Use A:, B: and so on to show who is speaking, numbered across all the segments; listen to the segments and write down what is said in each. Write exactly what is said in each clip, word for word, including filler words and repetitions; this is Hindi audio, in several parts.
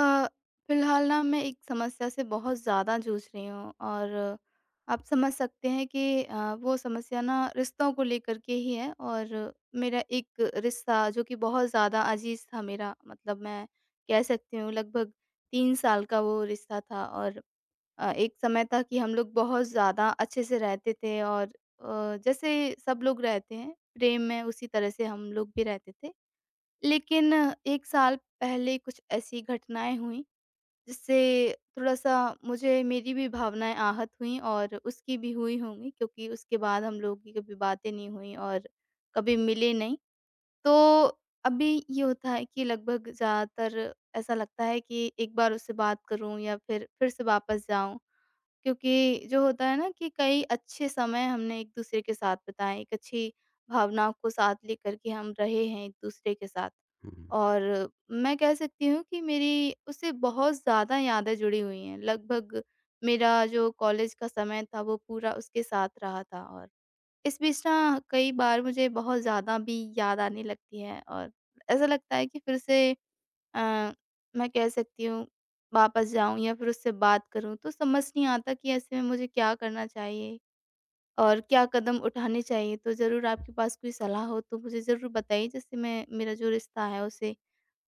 A: अ, फिलहाल ना मैं एक समस्या से बहुत ज़्यादा जूझ रही हूँ, और आप समझ सकते हैं कि अ, वो समस्या ना रिश्तों को लेकर के ही है। और मेरा एक रिश्ता जो कि बहुत ज़्यादा अजीज था, मेरा मतलब, मैं कह सकती हूँ लगभग तीन साल का वो रिश्ता था। और अ, एक समय था कि हम लोग बहुत ज़्यादा अच्छे से रहते थे, और अ, जैसे सब लोग रहते हैं प्रेम में, उसी तरह से हम लोग भी रहते थे। लेकिन एक साल पहले कुछ ऐसी घटनाएं हुई जिससे थोड़ा-सा, मुझे, मेरी भी भावनाएँ आहत हुईं और उसकी भी हुई होंगी, क्योंकि उसके बाद हम लोगों की कभी बातें नहीं हुईं और कभी मिले नहीं। तो अभी ये होता है कि लगभग ज़्यादातर ऐसा लगता है कि एक बार उससे बात करूँ या फिर फिर से वापस जाऊँ। क्योंकि जो होता है ना कि कई अच्छे समय हमने एक-दूसरे के साथ बिताए, एक अच्छी भावना को साथ लेकर के हम रहे हैं एक-दूसरे के साथ।
B: हुँ।
A: और मैं कह सकती हूँ कि मेरी उससे बहुत ज़्यादा यादें जुड़ी हुई हैं। लगभग मेरा जो कॉलेज का समय था वो पूरा उसके साथ रहा था। और इस बीच ना कई बार मुझे बहुत ज़्यादा भी याद आने लगती है, और ऐसा लगता है कि फिर से, अ, मैं कह सकती हूँ, वापस जाऊँ या फिर उससे बात करूँ। तो समझ नहीं आता कि ऐसे में मुझे क्या करना चाहिए और क्या कदम उठाने चाहिए? तो ज़रूर आपके पास कोई सलाह हो तो मुझे ज़रूर बताइए, जिससे मैं मेरा जो रिश्ता है उसे,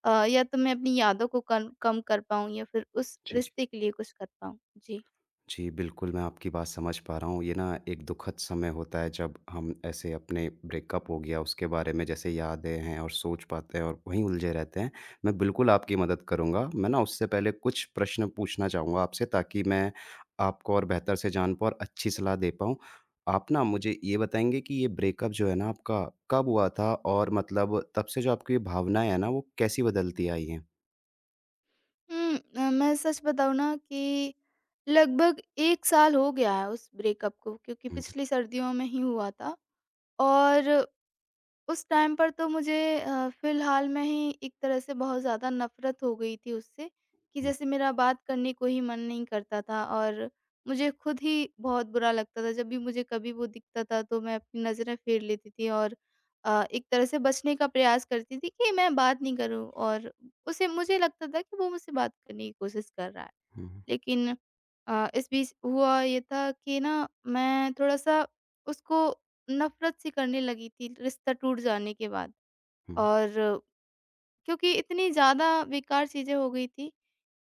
A: अ, या तो मैं अपनी यादों को कम कम कर पाऊँ या फिर उस
B: जी, जी।
A: रिश्ते के लिए कुछ कर पाऊँ। जी।
B: जी, बिल्कुल मैं आपकी बात समझ पा रहा हूँ। ये ना एक दुखद समय होता है जब हम ऐसे अपने ब्रेकअप हो गया उसके बारे में जैसे यादें हैं और सोच पाते हैं और वहीं उलझे रहते हैं। मैं बिल्कुल आपकी मदद करूँगा। मैं ना उससे पहले कुछ प्रश्न पूछना चाहूँगा आपसे ताकि मैं आपको और बेहतर से जान पाऊँ और अच्छी सलाह दे पाऊँ। आप ना मुझे ये बताएँगे कि ये ब्रेकअप जो है ना आपका कब हुआ था? और मतलब तब से जो आपकी भावनाएँ हैं ना वो कैसी बदलती आई हैं?
A: हुँ, अ, मैं सच बताऊँ ना कि लगभग एक साल हो गया है उस ब्रेकअप को, क्योंकि
B: हुँ, हुँ,
A: पिछली सर्दियों में ही हुआ था। और उस टाइम पर तो मुझे, अ, फ़िलहाल में ही, एक तरह से बहुत ज़्यादा नफ़रत हो गई थी उससे कि जैसे मेरा बात करने को ही मन नहीं करता था, और मुझे खुद ही बहुत बुरा लगता था। जब भी मुझे कभी वो दिखता था तो मैं अपनी नज़रें फेर लेती थी, और अ, एक तरह से बचने का प्रयास करती थी कि मैं बात नहीं करूँ। और उसे, मुझे लगता था कि वो मुझसे बात करने की कोशिश कर रहा है।
B: हुँ,
A: लेकिन अ, इस बीच हुआ ये था कि ना मैं थोड़ा-सा उसको नफ़रत सी करने लगी थी रिश्ता टूट जाने के बाद।
B: हुँ,
A: और क्योंकि इतनी ज़्यादा बेकार चीज़ें हो गई थी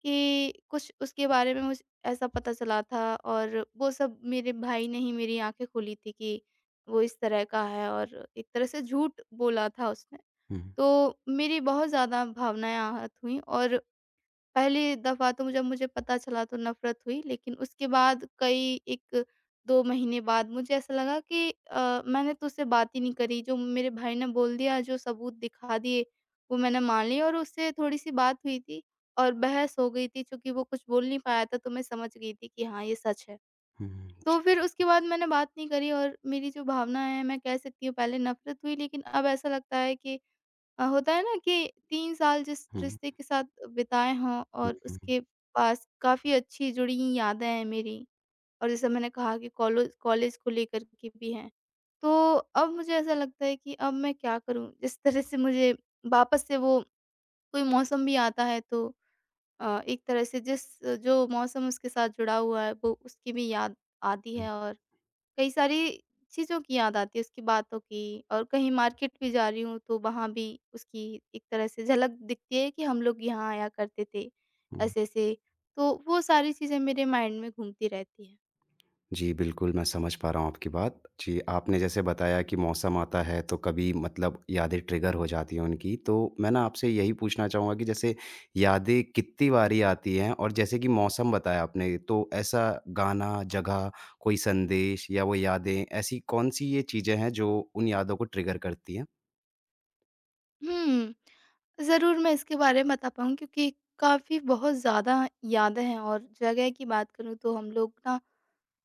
A: कि कुछ उसके बारे में मुझे ऐसा पता चला था, और वो सब मेरे भाई ने ही मेरी आँखें खोली थी कि वो इस तरह का है, और एक तरह से झूठ बोला था उसने।
B: हुँ,
A: तो मेरी बहुत ज़्यादा भावनाएँ आहत हुईं। और पहली दफ़ा तो जब मुझे पता चला तो नफ़रत हुई, लेकिन उसके बाद, कई एक दो महीने बाद, मुझे ऐसा लगा कि अ, मैंने तो उससे बात ही नहीं करी, जो मेरे भाई ने बोल दिया, जो सबूत दिखा दिए, वो मैंने मान लिया। और उससे थोड़ी-सी बात हुई थी और बहस हो गई थी, चूँकि वो कुछ बोल नहीं पाया था, तो मैं समझ गई थी कि हाँ, ये सच है।
B: हुँ, हुँ।
A: तो फिर उसके बाद मैंने बात नहीं करी, और मेरी जो भावना है, मैं कह सकती हूँ पहले नफ़रत हुई, लेकिन अब ऐसा लगता है कि, अ, होता है ना कि तीन साल जिस
B: हुँ,
A: रिश्ते के साथ बिताए हों
B: हुँ,
A: और
B: हुँ,
A: उसके पास काफ़ी अच्छी जुड़ी हुई यादें हैं मेरी, और जैसे मैंने कहा कि कॉलोज कॉलेज को लेकर के भी हैं। तो अब मुझे ऐसा लगता है कि अब मैं क्या करूँ? जिस तरह से मुझे वापस से वो, कोई मौसम भी आता है तो, अ, एक तरह से, जिस, जो मौसम उसके साथ जुड़ा हुआ है वो, उसकी भी याद आती
B: हुँ,
A: है। और कई सारी चीज़ों की याद आती है, उसकी बातों की। और कहीं मार्केट भी जा रही हूँ तो वहाँ भी उसकी एक तरह से झलक दिखती है कि हम लोग यहाँ आया करते थे,
B: हुँ।
A: ऐसे-ऐसे। तो वो सारी चीज़ें मेरे माइंड में घूमती रहती हैं।
B: जी, बिल्कुल, मैं समझ पा रहा हूँ आपकी बात। जी, आपने जैसे बताया कि मौसम आता है, तो कभी मतलब यादें ट्रिगर हो जाती हैं उनकी। तो मैं ना आपसे यही पूछना चाहूँगा कि जैसे यादें कितनी बारी आती हैं? और जैसे कि मौसम बताया आपने, तो ऐसा गाना, जगह, कोई संदेश या वो यादें, ऐसी कौन-सी ये चीज़ें हैं जो उन यादों को ट्रिगर करती हैं?
A: हुँ, ज़रूर मैं इसके बारे में बता पाऊँ, क्योंकि काफ़ी बहुत ज़्यादा यादें हैं। और जगह की बात करूँ तो हम लोग ना,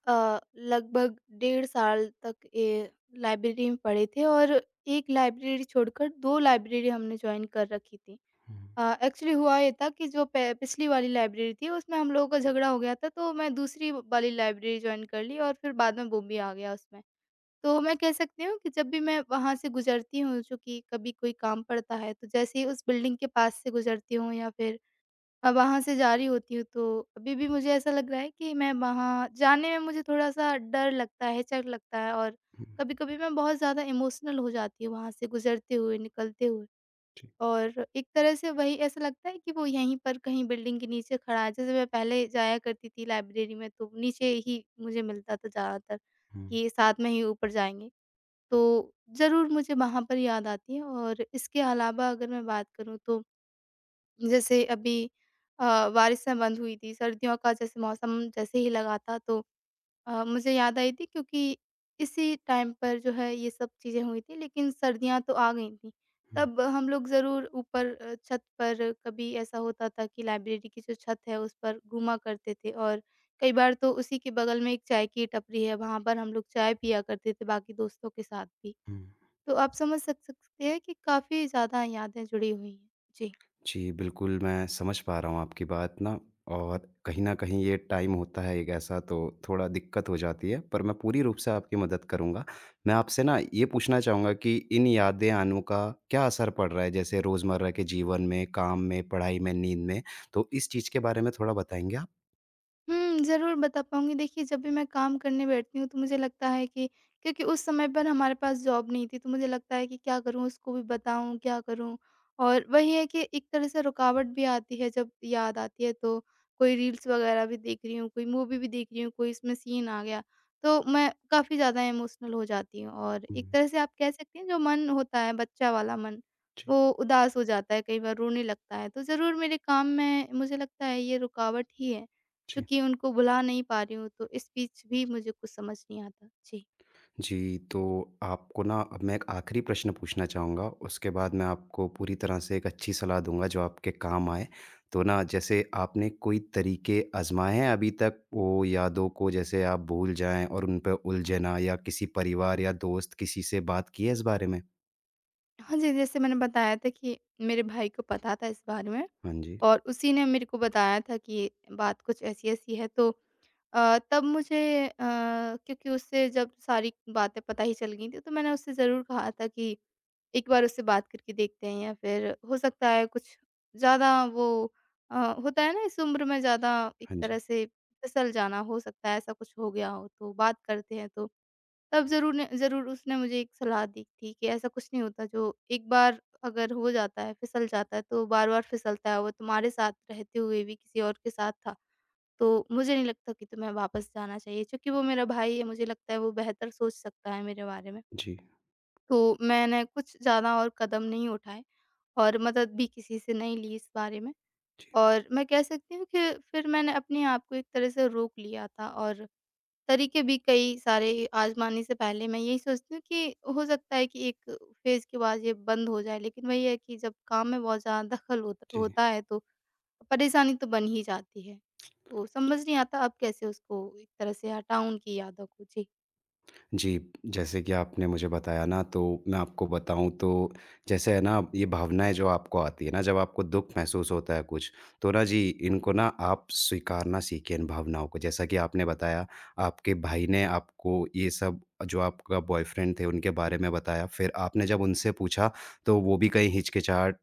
A: अ, लगभग डेढ़ साल तक ए, लाइब्रेरी में पढ़े थे, और एक लाइब्रेरी छोड़कर दो लाइब्रेरी हमने जॉइन कर रखी थी।
B: हुँ,
A: अ, एक्चुअली हुआ ये था कि जो पे पिछली वाली लाइब्रेरी थी उसमें हम लोगों का झगड़ा हो गया था, तो मैं दूसरी वाली लाइब्रेरी जॉइन कर ली और फिर बाद में वो भी आ गया उसमें। तो मैं कह सकती हूँ कि जब भी मैं वहाँ से गुज़रती हूँ, चूँकि कभी कोई काम पड़ता है, तो जैसे ही उस बिल्डिंग के पास से गुज़रती हूँ या फिर अ, वहाँ से जा रही होती हूँ, तो अभी भी मुझे ऐसा लग रहा है कि मैं वहाँ जाने में, मुझे थोड़ा-सा डर लगता है, हिचक लगता है। और
B: हुँ,
A: कभी-कभी मैं बहुत ज़्यादा इमोशनल हो जाती हूँ वहाँ से गुज़रते हुए, निकलते हुए।
B: जी।
A: और एक तरह से वही ऐसा लगता है कि वो यहीं पर कहीं बिल्डिंग के नीचे खड़ा है। जैसे मैं पहले जाया करती थी लाइब्रेरी में, तो नीचे ही मुझे मिलता था ज़्यादातर,
B: हुँ,
A: कि साथ में ही ऊपर जाएँगे। तो ज़रूर मुझे वहाँ पर याद आती है। और इसके अलावा अगर मैं बात करूँ तो, जैसे अभी अ, बारिश ना बंद हुई थी, सर्दियों का जैसे मौसम जैसे ही लगा था, तो अ, मुझे याद आई थी, क्योंकि इसी टाइम पर जो है ये सब चीज़ें हुई थी, लेकिन सर्दियाँ तो आ गई थी।
B: हुँ,
A: तब हम लोग ज़रूर ऊपर, अ, छत पर, कभी ऐसा होता था कि लाइब्रेरी की जो छत है उस पर घूमा करते थे। और कई बार तो उसी के बगल में एक चाय की टपरी है, वहाँ पर हम लोग चाय पिया करते थे बाकी दोस्तों के साथ भी।
B: हुँ।
A: तो आप समझ सक सकते हैं कि काफ़ी ज़्यादा यादें जुड़ी हुई हैं। जी।
B: जी, बिल्कुल, मैं समझ पा रहा हूँ आपकी बात ना। और कहीं न कहीं ये टाइम होता है एक ऐसा, तो थोड़ा दिक्कत हो जाती है, पर मैं पूरी रूप से आपकी मदद करूँगा। मैं आपसे ना ये पूछना चाहूँगा कि इन यादें आनों का क्या असर पड़ रहा है जैसे रोज़मर्रा के जीवन में, काम में, पढ़ाई में, नींद में? तो इस चीज़ के बारे में थोड़ा बताएँगे आप?
A: हुँ, ज़रूर बता पाऊँगी। देखिए, जब भी मैं काम करने बैठती हूँ, तो मुझे लगता है कि, क्योंकि उस समय पर हमारे पास जॉब नहीं थी, तो मुझे लगता है कि क्या करूँ, उसको भी बताऊँ, क्या करूँ? और वही है कि एक तरह से रुकावट भी आती है, जब याद आती है, तो कोई रील्स वगैरह भी देख रही हूँ, कोई मूवी भी देख रही हूँ, कोई इसमें सीन आ गया, तो मैं काफ़ी ज़्यादा इमोशनल हो जाती हूँ। और एक
B: हुँ,
A: तरह से आप कह सकती हैं, जो मन होता है, बच्चा वाला मन,
B: जी,
A: वो उदास हो जाता है, कई बार रोने लगता है। तो ज़रूर, मेरे काम में मुझे लगता है, ये रुकावट ही है।
B: जी।
A: चूँकि उनको बुला नहीं पा रही हूँ तो इस बीच भी मुझे कुछ समझ नहीं आता। जी।
B: जी, तो आपको ना अब मैं एक आखिरी प्रश्न पूछना चाहूँगा, उसके बाद मैं आपको पूरी तरह से एक अच्छी सलाह दूँगा जो आपके काम आए। तो ना जैसे आपने कोई तरीके आज़माए हैं अभी तक वो यादों को जैसे आप भूल जाएँ और उन पे उलझना या किसी परिवार या दोस्त किसी से बात की है इस बारे में?
A: हाँ जी, जैसे मैंने बताया था कि मेरे भाई को पता था इस बारे में,
B: हाँ जी,
A: और उसी ने मेरे को बताया था कि बात कुछ ऐसी-ऐसी है, तो अ, तब मुझे, अ, क्योंकि उससे जब सारी बातें पता ही चल गई थी, तो मैंने उससे ज़रूर कहा था कि एक बार उससे बात करके देखते हैं, या फिर हो सकता है कुछ ज़्यादा वो, अ, होता है ना इस उम्र में ज़्यादा, एक
B: हाँ जी।
A: तरह से फिसल जाना, हो सकता है ऐसा कुछ हो गया हो, तो बात करते हैं। तो तब ज़रूर, ने ज़रूर उसने मुझे एक सलाह दी थी कि ऐसा कुछ नहीं होता, जो एक बार अगर हो जाता है, फिसल जाता है, तो बार-बार फिसलता है, वो तुम्हारे साथ रहते हुए भी किसी और के साथ था। तो मुझे नहीं लगता कि तुम्हें वापस जाना चाहिए, चूँकि वो मेरा भाई है, मुझे लगता है वो बेहतर सोच सकता है मेरे बारे में।
B: जी,
A: तो मैंने कुछ ज़्यादा और कदम नहीं उठाए, और मदद भी किसी से नहीं ली इस बारे में।
B: जी,
A: और मैं कह सकती हूँ कि फिर मैंने अपने आप को एक तरह से रोक लिया था, और तरीके भी कई सारे आज़माने से पहले मैं यही सोचती हूँ कि हो सकता है कि एक फ़ेज़ के बाद ये बंद हो जाए, लेकिन वही है कि जब काम में बहुत ज़्यादा दखल होत
B: जी।
A: होता है, तो परेशानी तो बन ही जाती है। तो समझ नहीं आता अब कैसे उसको एक तरह से हटाऊँ, उनकी यादों को? जी।
B: जी, जैसे कि आपने मुझे बताया ना, तो मैं आपको बताऊँ तो जैसे है ना ये भावनाएँ जो आपको आती है ना जब आपको दुःख महसूस होता है कुछ, तो ना जी इनको ना आप स्वीकारना सीखें इन भावनाओं को। जैसा कि आपने बताया आपके भाई ने आपको ये सब जो आपका बॉयफ्रेंड थे उनके बारे में बताया, फिर आपने जब उनसे पूछा तो वो भी कहीं हिचकिचाहट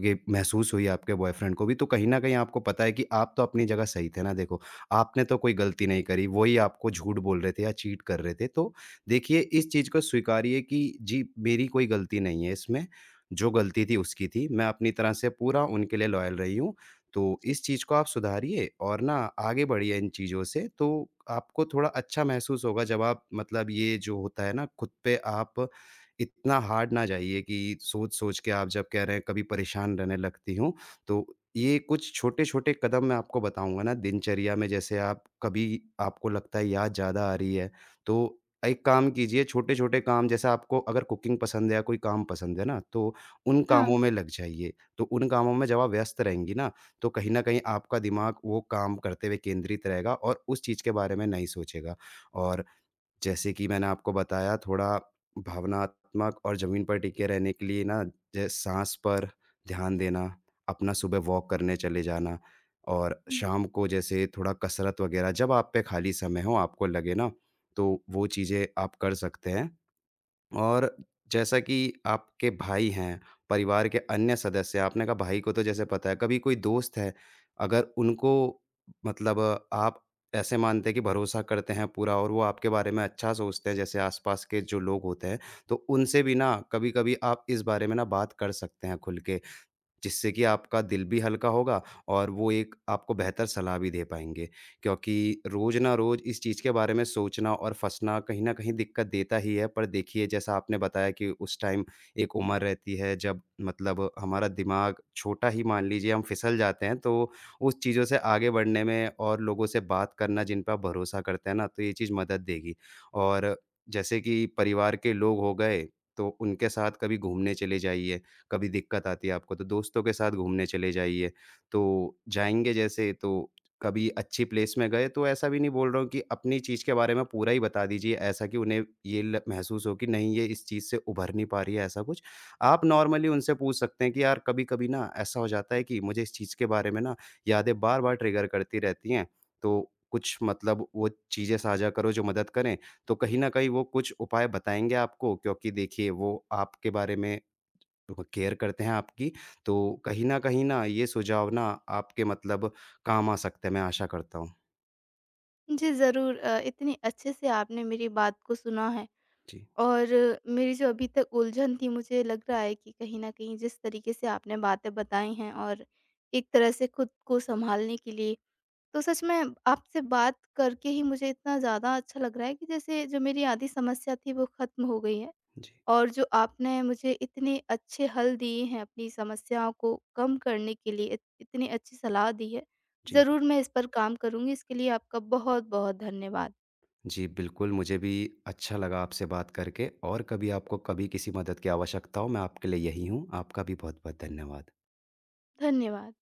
B: के महसूस हुई आपके बॉयफ्रेंड को भी, तो कहीं न कहीं आपको पता है कि आप तो अपनी जगह सही थे ना देखो, आपने तो कोई गलती नहीं करी, वो ही आपको झूठ बोल रहे थे या चीट कर रहे थे। तो देखिए, इस चीज़ को स्वीकारिए कि जी, मेरी कोई गलती नहीं है इसमें, जो गलती थी उसकी थी। मैं अपनी तरह से पूरा उनके लिए लॉयल रही हूँ। तो
A: जी।
B: इस चीज़ को आप सुधारिए और ना आगे बढ़िए इन चीज़ों से, तो आपको थोड़ा अच्छा महसूस होगा। जब आप मतलब ये जो होता है ना, खुद पे आप इतना हार्ड ना जाइए कि सोच-सोच के आप जब कह रहे हैं कभी परेशान रहने लगती हूँ। तो ये कुछ छोटे-छोटे कदम मैं आपको बताऊँगा ना दिनचर्या में। जैसे आप कभी आपको लगता है याद ज़्यादा आ रही है, तो एक काम कीजिए, छोटे-छोटे काम, जैसे आपको अगर कुकिंग पसंद है या कोई काम पसंद है ना, तो उन
A: हाँ।
B: कामों में लग जाइए। तो उन कामों में जब आप व्यस्त रहेंगी ना, तो कहीं न कहीं आपका दिमाग वो काम करते हुए केंद्रित रहेगा और उस चीज़ के बारे में नहीं सोचेगा। और जैसे कि मैंने आपको बताया, थोड़ा भावनात्मक और ज़मीन पर टिके रहने के लिए ना ज साँस पर ध्यान देना, अपना सुबह वॉक करने चले जाना और
A: हुँ।
B: शाम को जैसे थोड़ा कसरत वग़ैरह, जब आप पे खाली समय हो, आपको लगे ना, तो वो चीज़ें आप कर सकते हैं। और जैसा कि आपके भाई हैं, परिवार के अन्य सदस्य, आपने कहा भाई को तो जैसे पता है, कभी कोई दोस्त है, अगर उनको मतलब आप ऐसे मानते हैं कि भरोसा करते हैं पूरा और वो आपके बारे में अच्छा सोचते हैं, जैसे आसपास के जो लोग होते हैं, तो उनसे भी ना कभी-कभी आप इस बारे में ना बात कर सकते हैं खुल के, जिससे कि आपका दिल भी हल्का होगा और वो एक आपको बेहतर सलाह भी दे पाएँगे। क्योंकि रोज़ ना रोज़ इस चीज़ के बारे में सोचना और फँसना कहीं न कहीं दिक्कत देता ही है। पर देखिए, जैसा आपने बताया कि उस टाइम एक उम्र रहती है जब मतलब हमारा दिमाग छोटा ही, मान लीजिए हम फिसल जाते हैं, तो उस चीज़ों से आगे बढ़ने में और लोगों से बात करना जिन पे आप भरोसा करते हैं ना, तो ये चीज़ मदद देगी। और जैसे कि परिवार के लोग हो गए, तो उनके साथ कभी घूमने चले जाइए। कभी दिक्कत आती है आपको तो दोस्तों के साथ घूमने चले जाइए। तो जाएँगे जैसे, तो कभी अच्छी प्लेस में गए, तो ऐसा भी नहीं बोल रहा हूँ कि अपनी चीज़ के बारे में पूरा ही बता दीजिए ऐसा, कि उन्हें ये ल महसूस हो कि नहीं, ये इस चीज़ से उभर नहीं पा रही है, ऐसा कुछ। आप नॉर्मली उनसे पूछ सकते हैं कि यार कभी-कभी ना ऐसा हो जाता है कि मुझे इस चीज़ के बारे में ना यादें बार-बार ट्रिगर करती रहती हैं। तो कुछ मतलब वो चीज़ें साझा करो जो मदद करें। तो कहीं न कहीं वो कुछ उपाय बताएँगे आपको, क्योंकि देखिए वो आपके बारे में बहुत केयर करते हैं आपकी, तो कहीं न कहीं ना ये सुझाव ना आपके मतलब काम आ सकते हैं, मैं आशा करता हूँ।
A: जी, ज़रूर, अ, इतने अच्छे से आपने मेरी बात को सुना है।
B: जी,
A: और मेरी जो अभी तक उलझन थी, मुझे लग रहा है कि कहीं न कहीं जिस तरीके से आपने बातें बताई हैं, और एक तरह से खुद को सँभालने के लिए, तो सच में आपसे बात करके ही मुझे इतना ज़्यादा अच्छा लग रहा है कि जैसे जो मेरी आधी समस्या थी वो ख़त्म हो गई है।
B: जी,
A: और जो आपने मुझे इतने अच्छे हल दिए हैं अपनी समस्याओं को कम करने के लिए, इत- इतनी अच्छी सलाह दी है,
B: जी।
A: ज़रूर मैं इस पर काम करूँगी। इसके लिए आपका बहुत बहुत धन्यवाद।
B: जी, बिल्कुल मुझे भी अच्छा लगा आपसे बात करके, और कभी आपको कभी किसी मदद की आवश्यकता हो, मैं आपके लिए यही हूँ। आपका भी बहुत-बहुत धन्यवाद।
A: धन्यवाद।